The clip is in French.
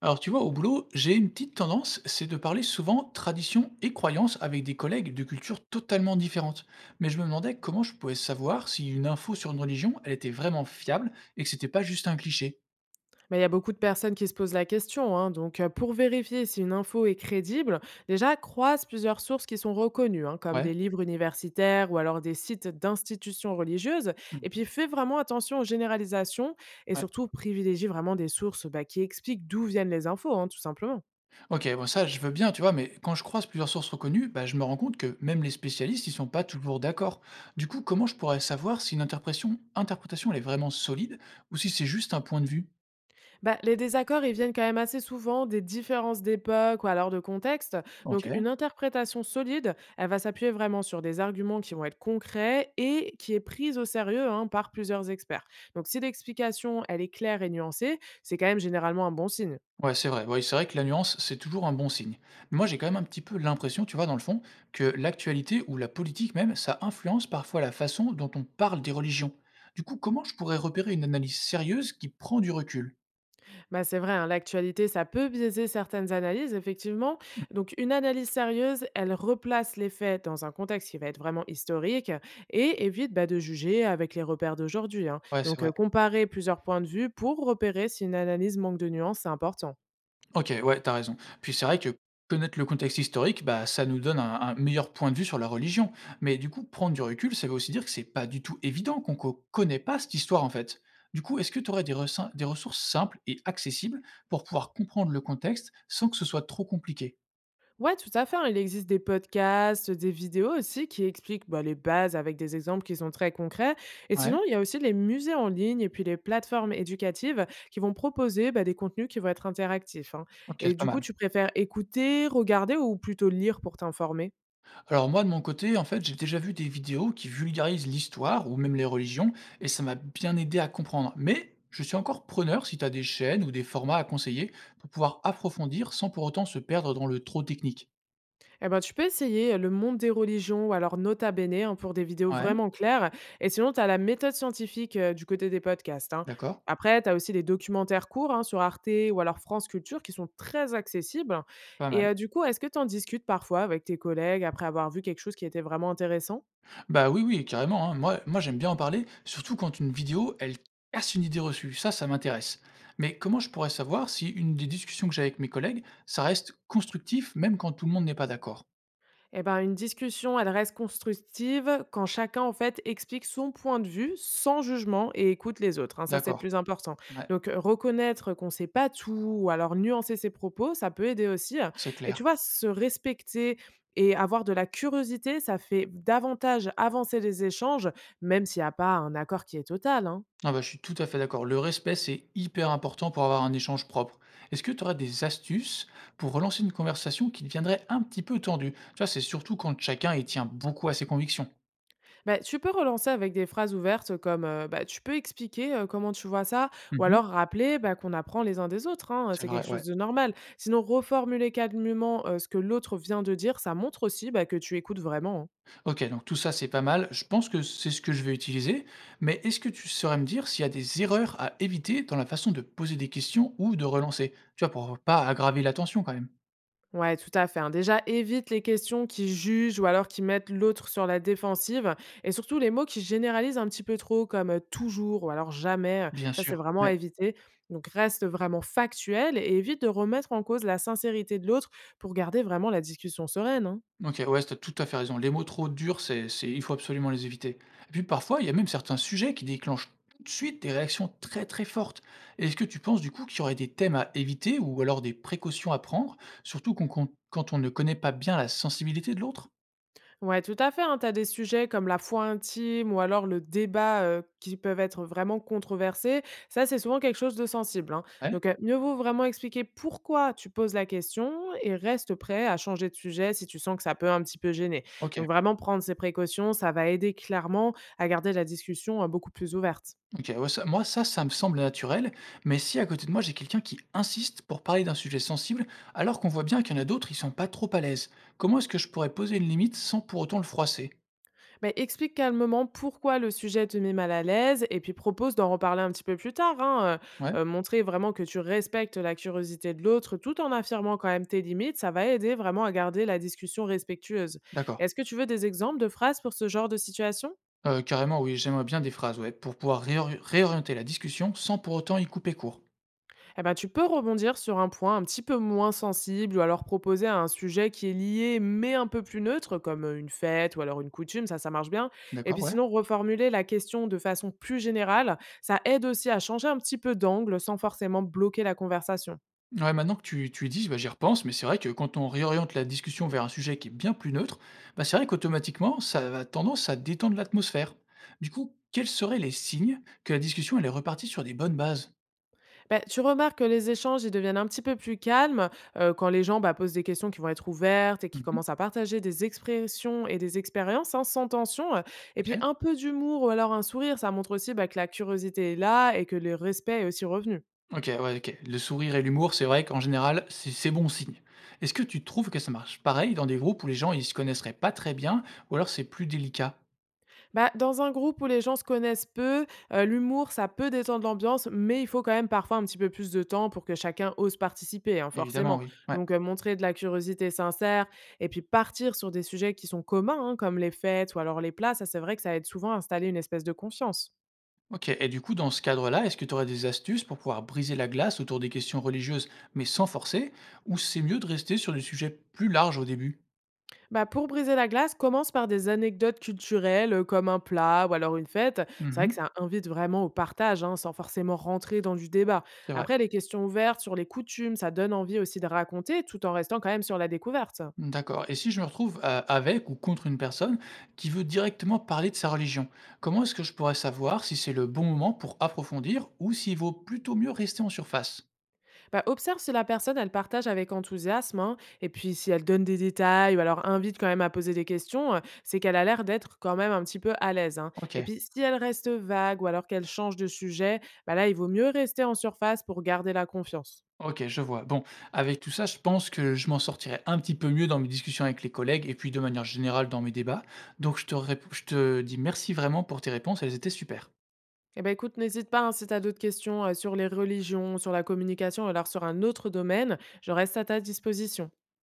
Alors, tu vois, au boulot, j'ai une petite tendance, c'est de parler souvent tradition et croyance avec des collègues de cultures totalement différentes. Mais je me demandais comment je pouvais savoir si une info sur une religion, elle était vraiment fiable et que c'était pas juste un cliché. Mais il y a beaucoup de personnes qui se posent la question, hein. Pour vérifier si une info est crédible, déjà croise plusieurs sources qui sont reconnues, hein, comme Ouais. des livres universitaires ou alors des sites d'institutions religieuses. Et Mhm. puis, fais vraiment attention aux généralisations et Ouais. surtout privilégie vraiment des sources qui expliquent d'où viennent les infos, hein, tout simplement. Ok, bon, ça, je veux bien, tu vois, mais quand je croise plusieurs sources reconnues, bah, je me rends compte que même les spécialistes, ils sont pas toujours d'accord. Du coup, comment je pourrais savoir si une interprétation, elle est vraiment solide ou si c'est juste un point de vue? Bah, les désaccords, ils viennent quand même assez souvent des différences d'époque ou alors de contexte. Ok. Donc, une interprétation solide, elle va s'appuyer vraiment sur des arguments qui vont être concrets et qui est prise au sérieux, hein, par plusieurs experts. Donc, si l'explication, elle est claire et nuancée, c'est quand même généralement un bon signe. Ouais, c'est vrai. Oui, c'est vrai que la nuance, c'est toujours un bon signe. Mais moi, j'ai quand même un petit peu l'impression, tu vois, dans le fond, que l'actualité ou la politique même, ça influence parfois la façon dont on parle des religions. Du coup, comment je pourrais repérer une analyse sérieuse qui prend du recul? Bah, c'est vrai, hein, l'actualité, ça peut biaiser certaines analyses, effectivement. Donc, une analyse sérieuse, elle replace les faits dans un contexte qui va être vraiment historique et évite de juger avec les repères d'aujourd'hui, hein. Ouais, c'est vrai. Comparer plusieurs points de vue pour repérer si une analyse manque de nuances, c'est important. OK, ouais, t'as raison. Puis c'est vrai que connaître le contexte historique, bah, ça nous donne un meilleur point de vue sur la religion. Mais du coup, prendre du recul, ça veut aussi dire que c'est pas du tout évident qu'on connaît pas cette histoire en fait. Du coup, est-ce que tu aurais des, des ressources simples et accessibles pour pouvoir comprendre le contexte sans que ce soit trop compliqué. Ouais, tout à fait, hein. Il existe des podcasts, des vidéos aussi qui expliquent les bases avec des exemples qui sont très concrets. Et Ouais, sinon, il y a aussi les musées en ligne et puis les plateformes éducatives qui vont proposer des contenus qui vont être interactifs, hein. ok, Et c'est pas du coup, mal. tu préfères écouter, regarder ou plutôt lire pour t'informer? Alors moi, de mon côté, en fait, j'ai déjà vu des vidéos qui vulgarisent l'histoire ou même les religions, et ça m'a bien aidé à comprendre. Mais je suis encore preneur si tu as des chaînes ou des formats à conseiller pour pouvoir approfondir sans pour autant se perdre dans le trop technique. Eh ben, tu peux essayer le monde des religions ou alors Nota Bene, hein, pour des vidéos Ouais, vraiment claires. Et sinon, tu as la méthode scientifique du côté des podcasts, hein. d'accord, Après, tu as aussi des documentaires courts, hein, sur Arte ou alors France Culture qui sont très accessibles. pas mal. Du coup, est-ce que tu en discutes parfois avec tes collègues après avoir vu quelque chose qui était vraiment intéressant? Bah oui, oui, carrément, hein. Moi j'aime bien en parler, surtout quand une vidéo, elle casse une idée reçue. Ça m'intéresse. Mais comment je pourrais savoir si une des discussions que j'ai avec mes collègues, ça reste constructif, même quand tout le monde n'est pas d'accord? Eh ben, une discussion, elle reste constructive quand chacun, en fait, explique son point de vue sans jugement et écoute les autres, hein. Ça, c'est le D'accord, plus important. ouais, Reconnaître qu'on ne sait pas tout ou alors nuancer ses propos, ça peut aider aussi, hein. c'est Et clair. tu vois, se respecter et avoir de la curiosité, ça fait davantage avancer les échanges, même s'il n'y a pas un accord qui est total, hein. Ah bah, je suis tout à fait d'accord. Le respect, c'est hyper important pour avoir un échange propre. Est-ce que tu auras des astuces pour relancer une conversation qui deviendrait un petit peu tendue? Tu vois, c'est surtout quand chacun y tient beaucoup à ses convictions. Bah, tu peux relancer avec des phrases ouvertes comme bah, tu peux expliquer comment tu vois ça, ou alors Mhm. rappeler qu'on apprend les uns des autres, hein, C'est c'est quelque vrai, chose ouais. de normal. Sinon, reformuler calmement ce que l'autre vient de dire, ça montre aussi que tu écoutes vraiment, hein. Ok, donc tout ça, c'est pas mal. Je pense que c'est ce que je vais utiliser. Mais est-ce que tu saurais me dire s'il y a des erreurs à éviter dans la façon de poser des questions ou de relancer? Tu vois, pour pas aggraver la tension quand même. Ouais, tout à fait, hein. Déjà, évite les questions qui jugent ou alors qui mettent l'autre sur la défensive, et surtout les mots qui généralisent un petit peu trop comme toujours ou alors jamais, Bien ça c'est sûr. vraiment à éviter. Donc reste vraiment factuel et évite de remettre en cause la sincérité de l'autre pour garder vraiment la discussion sereine, hein. OK, ouais, tu tout à fait raison. Les mots trop durs, c'est il faut absolument les éviter. Et puis parfois, il y a même certains sujets qui déclenchent tout de suite des réactions très très fortes. Est-ce que tu penses du coup qu'il y aurait des thèmes à éviter ou alors des précautions à prendre, surtout quand on ne connaît pas bien la sensibilité de l'autre? Ouais, tout à fait, hein. Tu as des sujets comme la foi intime ou alors le débat, qui peuvent être vraiment controversés. Ça, c'est souvent quelque chose de sensible, hein. Ouais? Mieux vaut vraiment expliquer pourquoi tu poses la question et reste prêt à changer de sujet si tu sens que ça peut un petit peu gêner. OK. Donc vraiment prendre ces précautions, ça va aider clairement à garder la discussion, beaucoup plus ouverte. OK. Ouais, ça- moi, ça me semble naturel, mais si à côté de moi, j'ai quelqu'un qui insiste pour parler d'un sujet sensible, alors qu'on voit bien qu'il y en a d'autres, ils sont pas trop à l'aise, comment est-ce que je pourrais poser une limite sans pour autant le froisser? Beh, explique calmement pourquoi le sujet te met mal à l'aise et puis propose d'en reparler un petit peu plus tard, hein. Ouais? Montrer vraiment que tu respectes la curiosité de l'autre tout en affirmant quand même tes limites, ça va aider vraiment à garder la discussion respectueuse. D'accord. Est-ce que tu veux des exemples de phrases pour ce genre de situation? Carrément oui, j'aimerais bien des phrases, ouais, pour pouvoir réorienter la discussion sans pour autant y couper court. Eh ben, tu peux rebondir sur un point un petit peu moins sensible ou alors proposer un sujet qui est lié mais un peu plus neutre, comme une fête ou alors une coutume, ça marche bien. Et puis D'accord, ouais. sinon, reformuler la question de façon plus générale, ça aide aussi à changer un petit peu d'angle sans forcément bloquer la conversation. Ouais, maintenant que tu y dis, bah, j'y repense, mais c'est vrai que quand on réoriente la discussion vers un sujet qui est bien plus neutre, bah, c'est vrai qu'automatiquement, ça a tendance à détendre l'atmosphère. Du coup, quels seraient les signes que la discussion, elle est repartie sur des bonnes bases? Ben, tu remarques que les échanges, ils deviennent un petit peu plus calmes quand les gens posent des questions qui vont être ouvertes et qui Mmh. commencent à partager des expressions et des expériences, hein, sans tension. Et puis OK. un peu d'humour ou alors un sourire, ça montre aussi que la curiosité est là et que le respect est aussi revenu. OK, ouais, OK. Le sourire et l'humour, c'est vrai qu'en général, c'est bon signe. Est-ce que tu trouves que ça marche pareil dans des groupes où les gens, ils se connaisseraient pas très bien ou alors c'est plus délicat? Bah, dans un groupe où les gens se connaissent peu, l'humour, ça peut détendre l'ambiance, mais il faut quand même parfois un petit peu plus de temps pour que chacun ose participer, hein, Évidemment, forcément. oui. Ouais. Donc montrer de la curiosité sincère et puis partir sur des sujets qui sont communs, hein, comme les fêtes ou alors les plats, ça c'est vrai que ça aide souvent à installer une espèce de confiance. Ok, et du coup, dans ce cadre-là, est-ce que tu aurais des astuces pour pouvoir briser la glace autour des questions religieuses, mais sans forcer, ou c'est mieux de rester sur des sujets plus larges au début? Bah, pour briser la glace, commence par des anecdotes culturelles comme un plat ou alors une fête. C'est vrai que Mhm, ça invite vraiment au partage, hein, sans forcément rentrer dans du débat. c'est vrai. Après, les questions ouvertes sur les coutumes, ça donne envie aussi de raconter tout en restant quand même sur la découverte. D'accord. Et si je me retrouve avec ou contre une personne qui veut directement parler de sa religion, comment est-ce que je pourrais savoir si c'est le bon moment pour approfondir ou s'il vaut plutôt mieux rester en surface? Bah, observe si la personne, elle partage avec enthousiasme, hein, et puis si elle donne des détails ou alors invite quand même à poser des questions, c'est qu'elle a l'air d'être quand même un petit peu à l'aise, hein. Ok. Et puis, si elle reste vague ou alors qu'elle change de sujet, bah là, il vaut mieux rester en surface pour garder la confiance. OK, je vois. Bon, avec tout ça, je pense que je m'en sortirai un petit peu mieux dans mes discussions avec les collègues et puis de manière générale dans mes débats. Donc je je te dis merci vraiment pour tes réponses, elles étaient super. Eh ben, écoute, n'hésite pas, hein, si tu as d'autres questions, sur les religions, sur la communication, ou alors sur un autre domaine, je reste à ta disposition.